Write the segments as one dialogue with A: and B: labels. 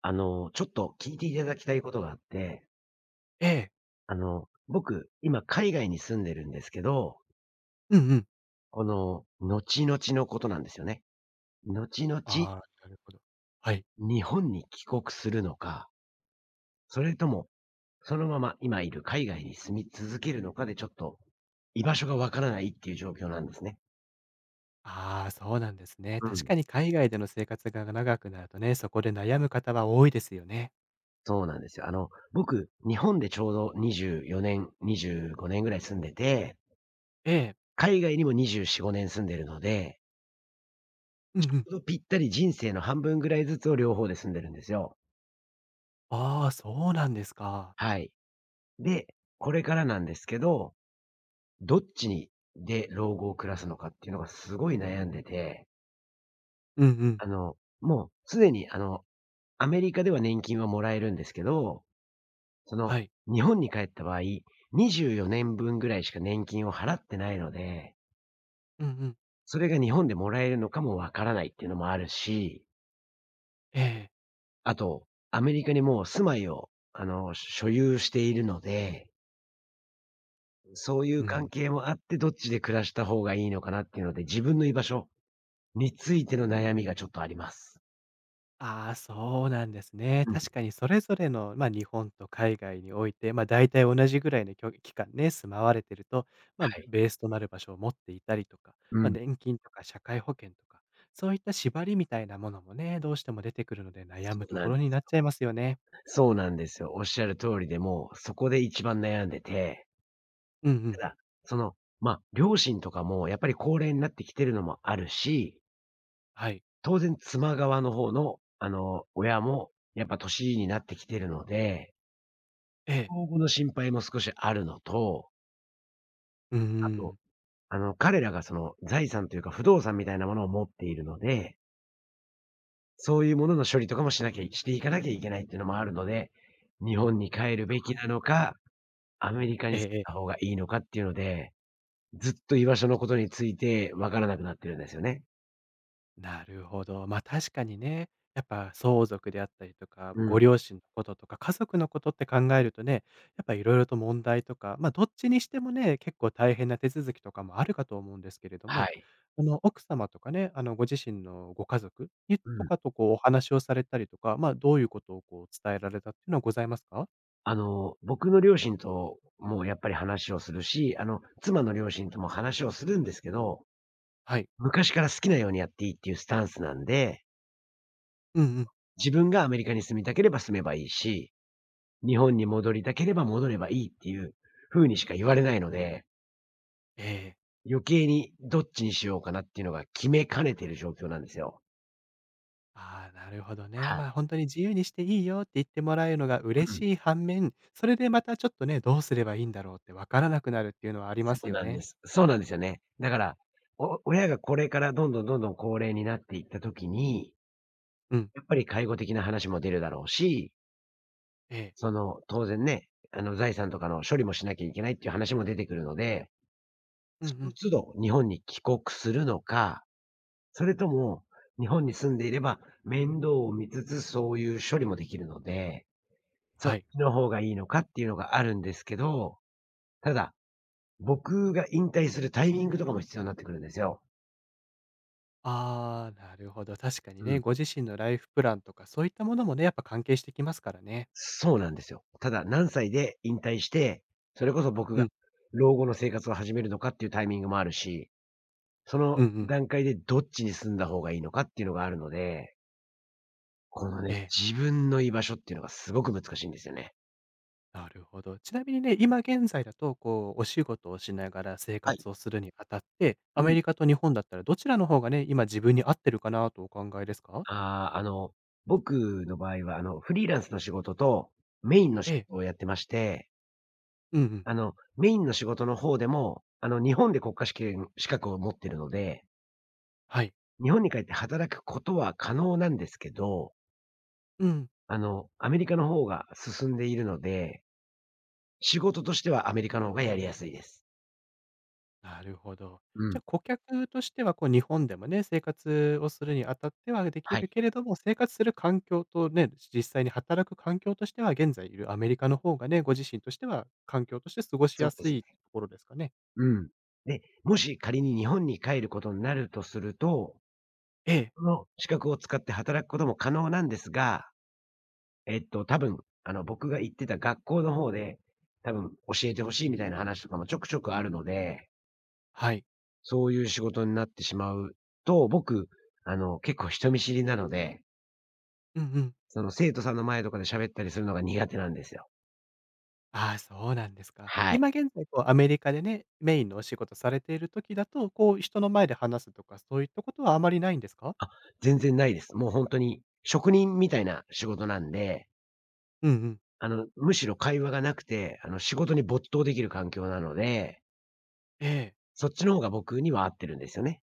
A: ちょっと聞いていただきたいことがあって、
B: ええ。
A: 僕、今海外に住んでるんですけど、
B: うんうん。
A: この、後々のことなんですよね。後々、
B: ああ、なるほど。はい。
A: 日本に帰国するのか、それとも、そのまま今いる海外に住み続けるのかで、ちょっと、居場所がわからないっていう状況なんですね。
B: ああ、そうなんですね。
A: う
B: 確
A: ん。
B: かに海外での生活が長くなるとね、そこで悩む方は多いですよね。
A: そうなんですよ。僕、日本でちょうど24年、25年ぐらい住んでて、
B: ええ。
A: 海外にも24、5年住んでるので、
B: うん
A: ち
B: う
A: ょ
B: ん。
A: うどぴったり人生の半分ぐらいずつを両方で住んでるんですよ。
B: ああ、そうなんですか。
A: はい。で、これからなんですけど、どっちにで老後を暮らすのかっていうのがすごい悩んでて、
B: うんうん。
A: もうすでに、アメリカでは年金はもらえるんですけど、その、
B: はい。
A: 日本に帰った場合、24年分ぐらいしか年金を払ってないので、
B: うんうん。
A: それが日本でもらえるのかもわからないっていうのもあるし、
B: ええ。
A: あと、アメリカにもう住まいを、所有しているのでそういう
B: う
A: 関
B: ん。
A: 係もあって、どっちで暮らした方がいいのかなっていうので、自分の居場所についての悩みがちょっとあります。
B: ああ、そうなんですね。
A: うん。
B: 確かにそれぞれの、まあ、日本と海外において、まあ、大体同じぐらいの期間ね、住まわれてると、まあ、
A: はい。
B: ベースとなる場所を持っていたりとか、
A: う
B: まあ、
A: ん。
B: 年金とか社会保険とか、そういった縛りみたいなものもね、どうしても出てくるので悩
A: そ
B: む
A: う
B: と
A: な
B: こ
A: んで
B: ろにな
A: す。
B: っちゃいますよね。
A: そうなんですよ。おっしゃる通りで、もうそこで一番悩んでて、
B: うんうん。
A: ただ、その、まあ、両親とかもやっぱり高齢になってきてるのもあるし、
B: はい。
A: 当然妻側の方の、親もやっぱ年になってきてるので、
B: ええ。
A: 老後の心配も少しあるのと、
B: うんう
A: あと
B: ん。
A: 彼らがその財産というか不動産みたいなものを持っているので、そういうものの処理とかもしなきゃいしていかなきゃいけないっていうのもあるので、日本に帰るべきなのか、アメリカ
B: え
A: に
B: え
A: 住ん
B: ええ。
A: だ方がいいのかっていうので、ずっと居場所のことについてわからなくなってるんですよね。
B: なるほど。ま、あ確かにね、やっぱ相続であったりとか、
A: うん。
B: ご両親のこととか、家族のことって考えるとね、やっぱいろいろと問題とか、ま、あどっちにしてもね、結構大変な手続きとかもあるかと思うんですけれど
A: は
B: も、
A: い。
B: あの、奥様とかね、あの、ご自身のご家族に
A: う
B: と
A: ん。
B: かとこうお話をされたりとか、ま、あどういうことをこう伝えられたっていうのはございますか？
A: 僕の両親ともやっぱり話をするし、妻の両親とも話をするんですけど、
B: はい。
A: 昔から好きなようにやっていいっていうスタンスなんで、
B: うんうん。
A: 自分がアメリカに住みたければ住めばいいし日本に戻りたければ戻ればいいっていう風にしか言われないので、
B: ええ。
A: 余計にどっちにしようかなっていうのが決めかねてる状況なんですよ。
B: ああ、なるほどね。
A: はい。
B: まあ、本当に自由にしていいよって言ってもらえるのが
A: う
B: 嬉
A: ん。
B: しい反面、それでまたちょっとね、どうすればいいんだろうってわからなくなるっていうのはありま
A: そ
B: す
A: う
B: よ
A: なんで
B: ね。
A: す。そうなんですよね。だから、お親がこれからどんどん高齢になっていった時に、
B: うん。
A: やっぱり介護的な話も出るだろうし、
B: ええ。
A: その、当然ね、財産とかの処理もしなきゃいけないっていう話も出てくるので、
B: うんう
A: その
B: ん。
A: 都度日本に帰国するのかそれとも、日本に住んでいれば、面倒を見つつ、そういう処理もできるので、そっ
B: はい。
A: ちの方がいいのかっていうのがあるんですけど、ただ、僕が引退するタイミングとかも必要になってくるんですよ。
B: ああ、なるほど。確かに
A: う
B: ね、
A: ん。
B: ご自身のライフプランとかそういったものもね、やっぱ関係してきますからね。
A: そうなんですよ。ただ、何歳で引退して、それこそ僕が
B: うん。
A: 老後の生活を始めるのかっていうタイミングもあるし、その
B: うんうん。
A: 段階でどっちに住んだ方がいいのかっていうのがあるので、このね、
B: ええ。
A: 自分の居場所っていうのがすごく難しいんですよね。
B: なるほど。ちなみにね、今現在だと、こう、お仕事をしながら生
A: はい。
B: 活をするにあたって、
A: う
B: アメ
A: ん。
B: リカと日本だったらどちらの方がね、今自分に合ってるかなとお考えですか？
A: ああ、僕の場合は、フリーランスの仕事とメインの仕
B: ええ。
A: 事をやってまして、
B: うんうん。
A: メインの仕事の方でも、日本で国家試験資格を持ってるので、
B: はい。
A: 日本に帰って働くことは可能なんですけど、
B: うん。
A: アメリカの方が進んでいるので、仕事としてはアメリカの方がやりやすいです。
B: なるほど。
A: う
B: じ
A: ん。
B: ゃ、あ顧客としてはこう日本でもね、生活をするにあたってはでき
A: はい。
B: るけれども、生活する環境とね、実際に働く環境としては、現在いるアメリカの方がね、ご自身としては環境として過ごし
A: そう
B: や
A: で
B: す
A: す
B: い
A: ね。
B: ところですかね？
A: うん。で、もし仮に日本に帰ることになるとすると、
B: ええ。
A: その資格を使って働くことも可能なんですが多分、僕が行ってた学校の方で、多分教えてほしいみたいな話とかもちょくちょくあるので、
B: はい。
A: そういう仕事になってしまうと、僕、結構人見知りなので、
B: うんうん。
A: その生徒さんの前とかで喋ったりするのが苦手なんですよ。
B: ああ、そうなんですか。
A: はい。
B: 今現在こうアメリカでね、メインのお仕事されている時だと、こう人の前で話すとか、そういったことはあまりないんですか？
A: あ、全然ないです。もう本当に職人みたいな仕事なんで、
B: うんうん。
A: むしろ会話がなくて、仕事に没頭できる環境なので、
B: ええ。
A: そっちの方が僕には合ってるんですよね。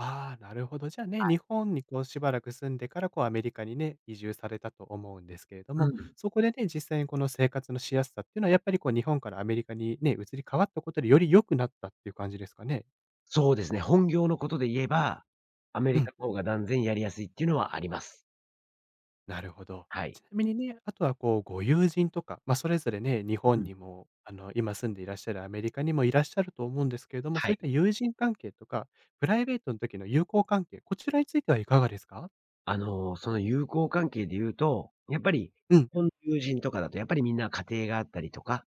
B: ああ、なるほど。じゃあね、日本にこうしばらく住んでから、こうアメリカにね、移住されたと思うんですけれど
A: う
B: も、
A: ん。
B: そこでね、実際にこの生活のしやすさっていうのは、やっぱりこう日本からアメリカにね、移り変わったことでより良くなったっていう感じですかね。
A: そうですね。本業のことで言えば、アメ
B: う
A: リ
B: ん、
A: カの方が断然やりやすいっていうのはあります。
B: なるほど。
A: はい。
B: ちなみにね、あとはこうご友人とか、まあ、それぞれね、日
A: う
B: 本
A: ん。
B: にも、あの、今住んでいらっしゃるアメリカにもいらっしゃると思うんですけれども、
A: は
B: そうい
A: い。
B: った友人関係とか、プライベートの時の友好関係、こちらについてはいかがですか？
A: その友好関係で言うと、やっぱり、日
B: うん。
A: 本の友人とかだとやっぱりみんな家庭があったりとか、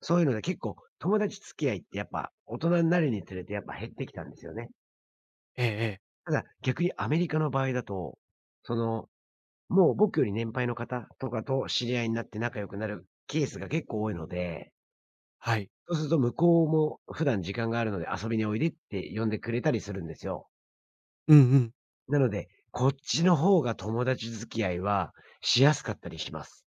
A: そういうので結構友達付き合いってやっぱ大人になるにつれてやっぱ減ってきたんですよね。
B: ええええ。
A: ただ逆にアメリカの場合だと、その、もう僕より年配の方とかと知り合いになって仲良くなるケースが結構多いので
B: はい。
A: そうすると向こうも普段時間があるので遊びにおいでって呼んでくれたりするんですよ。
B: うんうん。
A: なので、こっちの方が友達付き合いはしやすかったりします。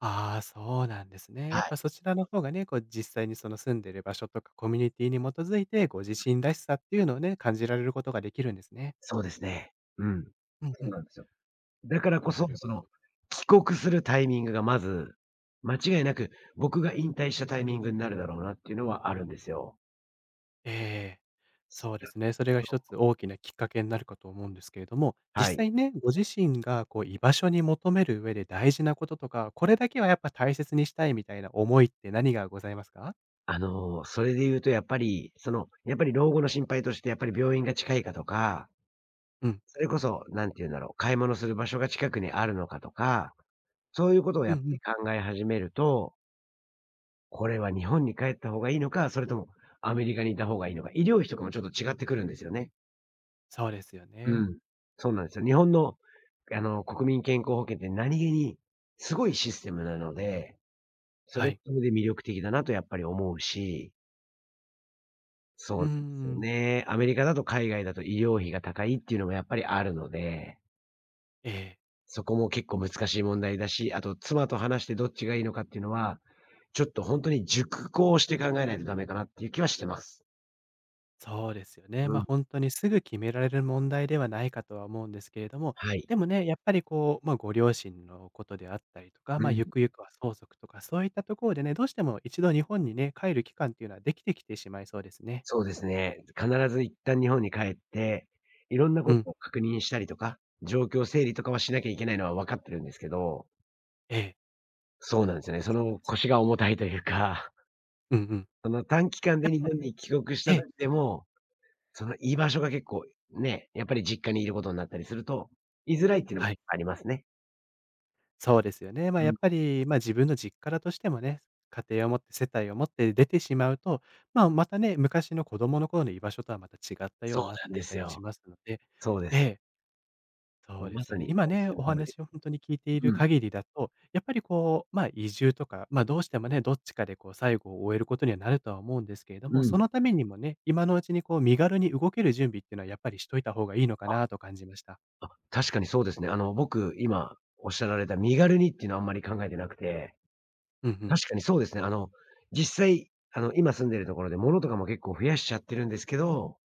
B: ああ、そうなんですね。
A: は
B: やっ
A: い。
B: ぱそちらの方がね、こう実際にその住んでる場所とかコミュニティに基づいて、ご自身らしさっていうのをね、感じられることができるんですね。
A: そうですね。うん。
B: うん
A: そ
B: う
A: う
B: ん。
A: なんですよ。だからこ
B: な
A: そ、
B: る
A: その、
B: ほど。
A: 帰国するタイミングがまず、間違いなく僕が引退したタイミングになるだろうなっていうのはあるんですよ。
B: ええ。そうですね。それが一つ大きなきっかけになるかと思うんですけれども、
A: は
B: 実
A: い。
B: 際ね、ご自身がこう居場所に求める上で大事なこととか、これだけはやっぱ大切にしたいみたいな思いって何がございますか？
A: それで言うとやっぱり、その、やっぱり老後の心配としてやっぱり病院が近いかとか
B: うん。
A: それこそ、なんて言うんだろう、買い物する場所が近くにあるのかとか、そういうことをや
B: うん
A: っ
B: う
A: ぱり
B: ん。
A: 考え始めると、これは日本に帰った方がいいのか、それともアメリカにいた方がいいのか、医療費とかもちょっと違ってくるんですよね。
B: そうですよ
A: う
B: ね。
A: ん。そうなんですよ。日本の、国民健康保険って何気にすごいシステムなので、そ
B: は
A: れは
B: い。
A: それで魅力的だなとやっぱり思うし、そう
B: う
A: なん
B: ー
A: ですよ
B: ん。
A: ね。アメリカだと海外だと医療費が高いっていうのもやっぱりあるので
B: ええ。
A: そこも結構難しい問題だし、あと妻と話してどっちがいいのかっていうのは、ちょっとほんとに熟考して考えないとダメかなっていう気はしてます。
B: そうですよね。
A: う
B: ま、あ
A: ん。
B: 本当にすぐ決められる問題ではないかとは思うんですけれども、
A: はい。
B: でもね、やっぱりこう、ま、ご両親のことであったりとか、
A: う
B: ま、
A: ん。
B: ゆくゆくは相続とかそういったところでね、どうしても一度日本にね、帰る期間っていうのはできてきてしまいそうですね。
A: そうですね。必ず一旦日本に帰って、いろんな
B: う
A: こ
B: ん。
A: とを確認したりとか、状況整理とかはしなきゃいけないのは分かってるんですけど、
B: ええ、
A: そうなんですよね。そ
B: そう
A: の
B: です。
A: 腰が重たいというか、
B: うんうん。
A: その短期間で日
B: はい
A: 本に帰国し
B: え
A: た時
B: え、
A: でも、その居場所が結構ね、やっぱり実家にいることになったりすると、居づらいっていうの
B: は
A: も
B: い。
A: ありますね。
B: そうですよね。ま、
A: う
B: やっ
A: ん。
B: ぱり、ま、自分の実家だとしてもね、家庭を持って世帯を持って出てしまうと、ま、またね、昔の子供の頃の居場所とはまた違ったよ
A: そ
B: う
A: う
B: になっ
A: なん
B: て
A: で
B: い
A: す
B: たりし
A: よ。
B: ますので
A: そうで
B: え
A: す。
B: え。そうで
A: ま
B: すよ
A: さ
B: ね。
A: に
B: 今
A: おっし
B: ね、
A: ゃる
B: お
A: 通りで
B: 話
A: す。
B: を本当に聞いてい
A: う
B: る
A: ん、
B: 限りだと、やっぱりこう、ま、移住とか、ま、どうしてもね、どっちかでこう最後を終えることにはなるとは思うんですけれど
A: う
B: も、そ
A: ん。
B: のためにもね、今のうちにこう身軽に動ける準備っていうのはやっぱりしといた方がいいのかなと感じました。
A: あ、あ、確かにそうですね。僕、今おっしゃられた身軽にっていうのはあんまり考えてなくて、
B: うんうん。
A: 確かにそうですね。実際、今住んでるところで物とかも結構増やしちゃってるんですけど、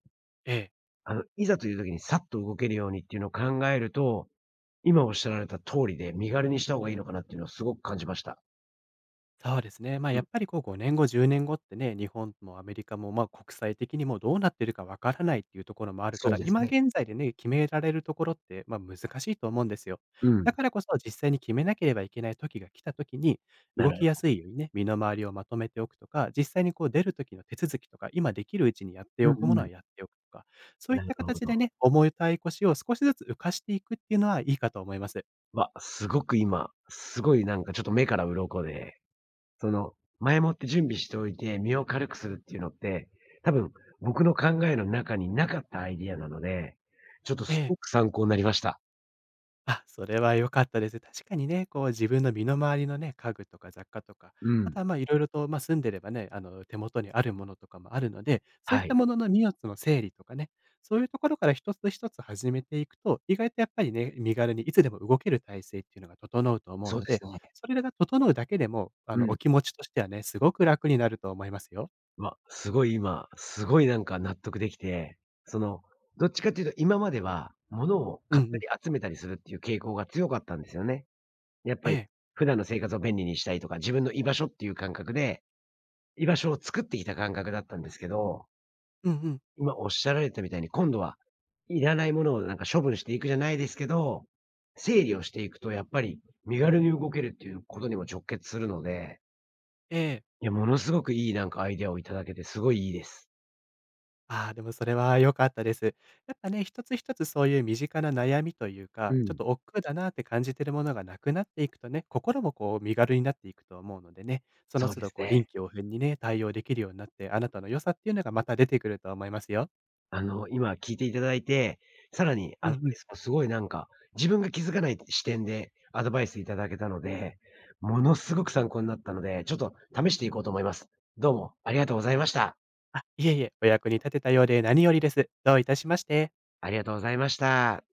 B: ええ。
A: いざという時にさっと動けるようにっていうのを考えると、今おっしゃられた通りで、身軽にした方がいいのかなっていうのをすごく感じました。
B: そうですね。まあ、
A: う
B: や
A: ん、
B: っぱりこう5年後、10年後ってね、日本もアメリカも、まあ、国際的にもどうなってるかわからないっていうところもあるか
A: そう
B: ら、
A: です
B: 今
A: ね。
B: 現在でね、決められるところって、まあ、難しいと思うんですよ。
A: う
B: だ
A: ん、
B: からこそ実際に決めなければいけない時が来た時に、
A: な
B: 動
A: る
B: きや
A: ほど。
B: すいようにね、身の回りをまとめておくとか、実際にこう出る時の手続きとか、今できるうちにやって
A: う
B: おくも
A: ん
B: の
A: うん、
B: はやっておくとか、そうい
A: な
B: っ
A: る
B: た
A: ほ
B: 形で
A: ど。
B: ね、重たい腰を少しずつ浮かしていくっていうのはいいかと思います。
A: わ、すごく今、すごいなんかちょっと目から鱗で、その、前もって準備しておいて、身を軽くするっていうのって、多分僕の考えの中になかったアイディアなので、ちょっと
B: え
A: す
B: え
A: ごく参考になりました。
B: あ、それは良かったです。確かにね、こう自分の身の回りのね、家具とか雑貨とか、
A: う
B: あ
A: ん。
B: とはま、ろいろと、まあ、住んでればね、あの、手元にあるものとかもあるので、そういっ
A: は
B: た
A: い。
B: ものの荷物の整理とかね、そういうところから一つ一つ始めていくと、意外とやっぱりね、身軽にいつでも動ける体制っていうのが整うと思う
A: そう
B: の
A: です
B: で、
A: ね。
B: それが整うだけでも、あ
A: う
B: の、
A: ん。
B: お気持ちとしてはね、すごく楽になると思いますよ。
A: わ、すごい今、すごいなんか納得できて、その、どっちかっていうと今までは、物を
B: う
A: 買
B: んう
A: った
B: ん。
A: り集めたりするっていう傾向が強かったんですよね。やっぱ
B: え
A: り、
B: え。
A: 普段の生活を便利にしたいとか、自分の居場所っていう感覚で居場所を作っていた感覚だったんですけど、
B: うんうん。
A: 今おっしゃられたみたいに、今度はいらないものをなんか処分していくじゃないですけど、整理をしていくとやっぱり身軽に動けるっていうことにも直結するので、
B: ええ。
A: いや、ものすごくいいなんかアイデアをいただけてすごいいいです。
B: ああ、でもそれは良かったです。やっぱね、一つ一つそういう身近な悩みという
A: う
B: か、ちょっ
A: ん。
B: と億劫だなって感じてるものがなくなっていくとね、心もこう身軽になっていくと思うのでね、その
A: そう
B: 都
A: で
B: 度
A: す
B: こう臨
A: ね。
B: 機応変にね、対応できるようになって、あなたの良さっていうのがまた出てくると思いますよ。
A: 今聞いていただいて、さらにア
B: うん
A: ド
B: う
A: バイ
B: ん。
A: スもすごいなんか、自分が気づかない視点でアドバイスいただけたので、ものすごく参考になったので、ちょっと試していこうと思います。どうもありがとうございました。
B: あ、いえいえ、お役に立てたようで何よりです。どういたしまして。
A: ありがとうございました。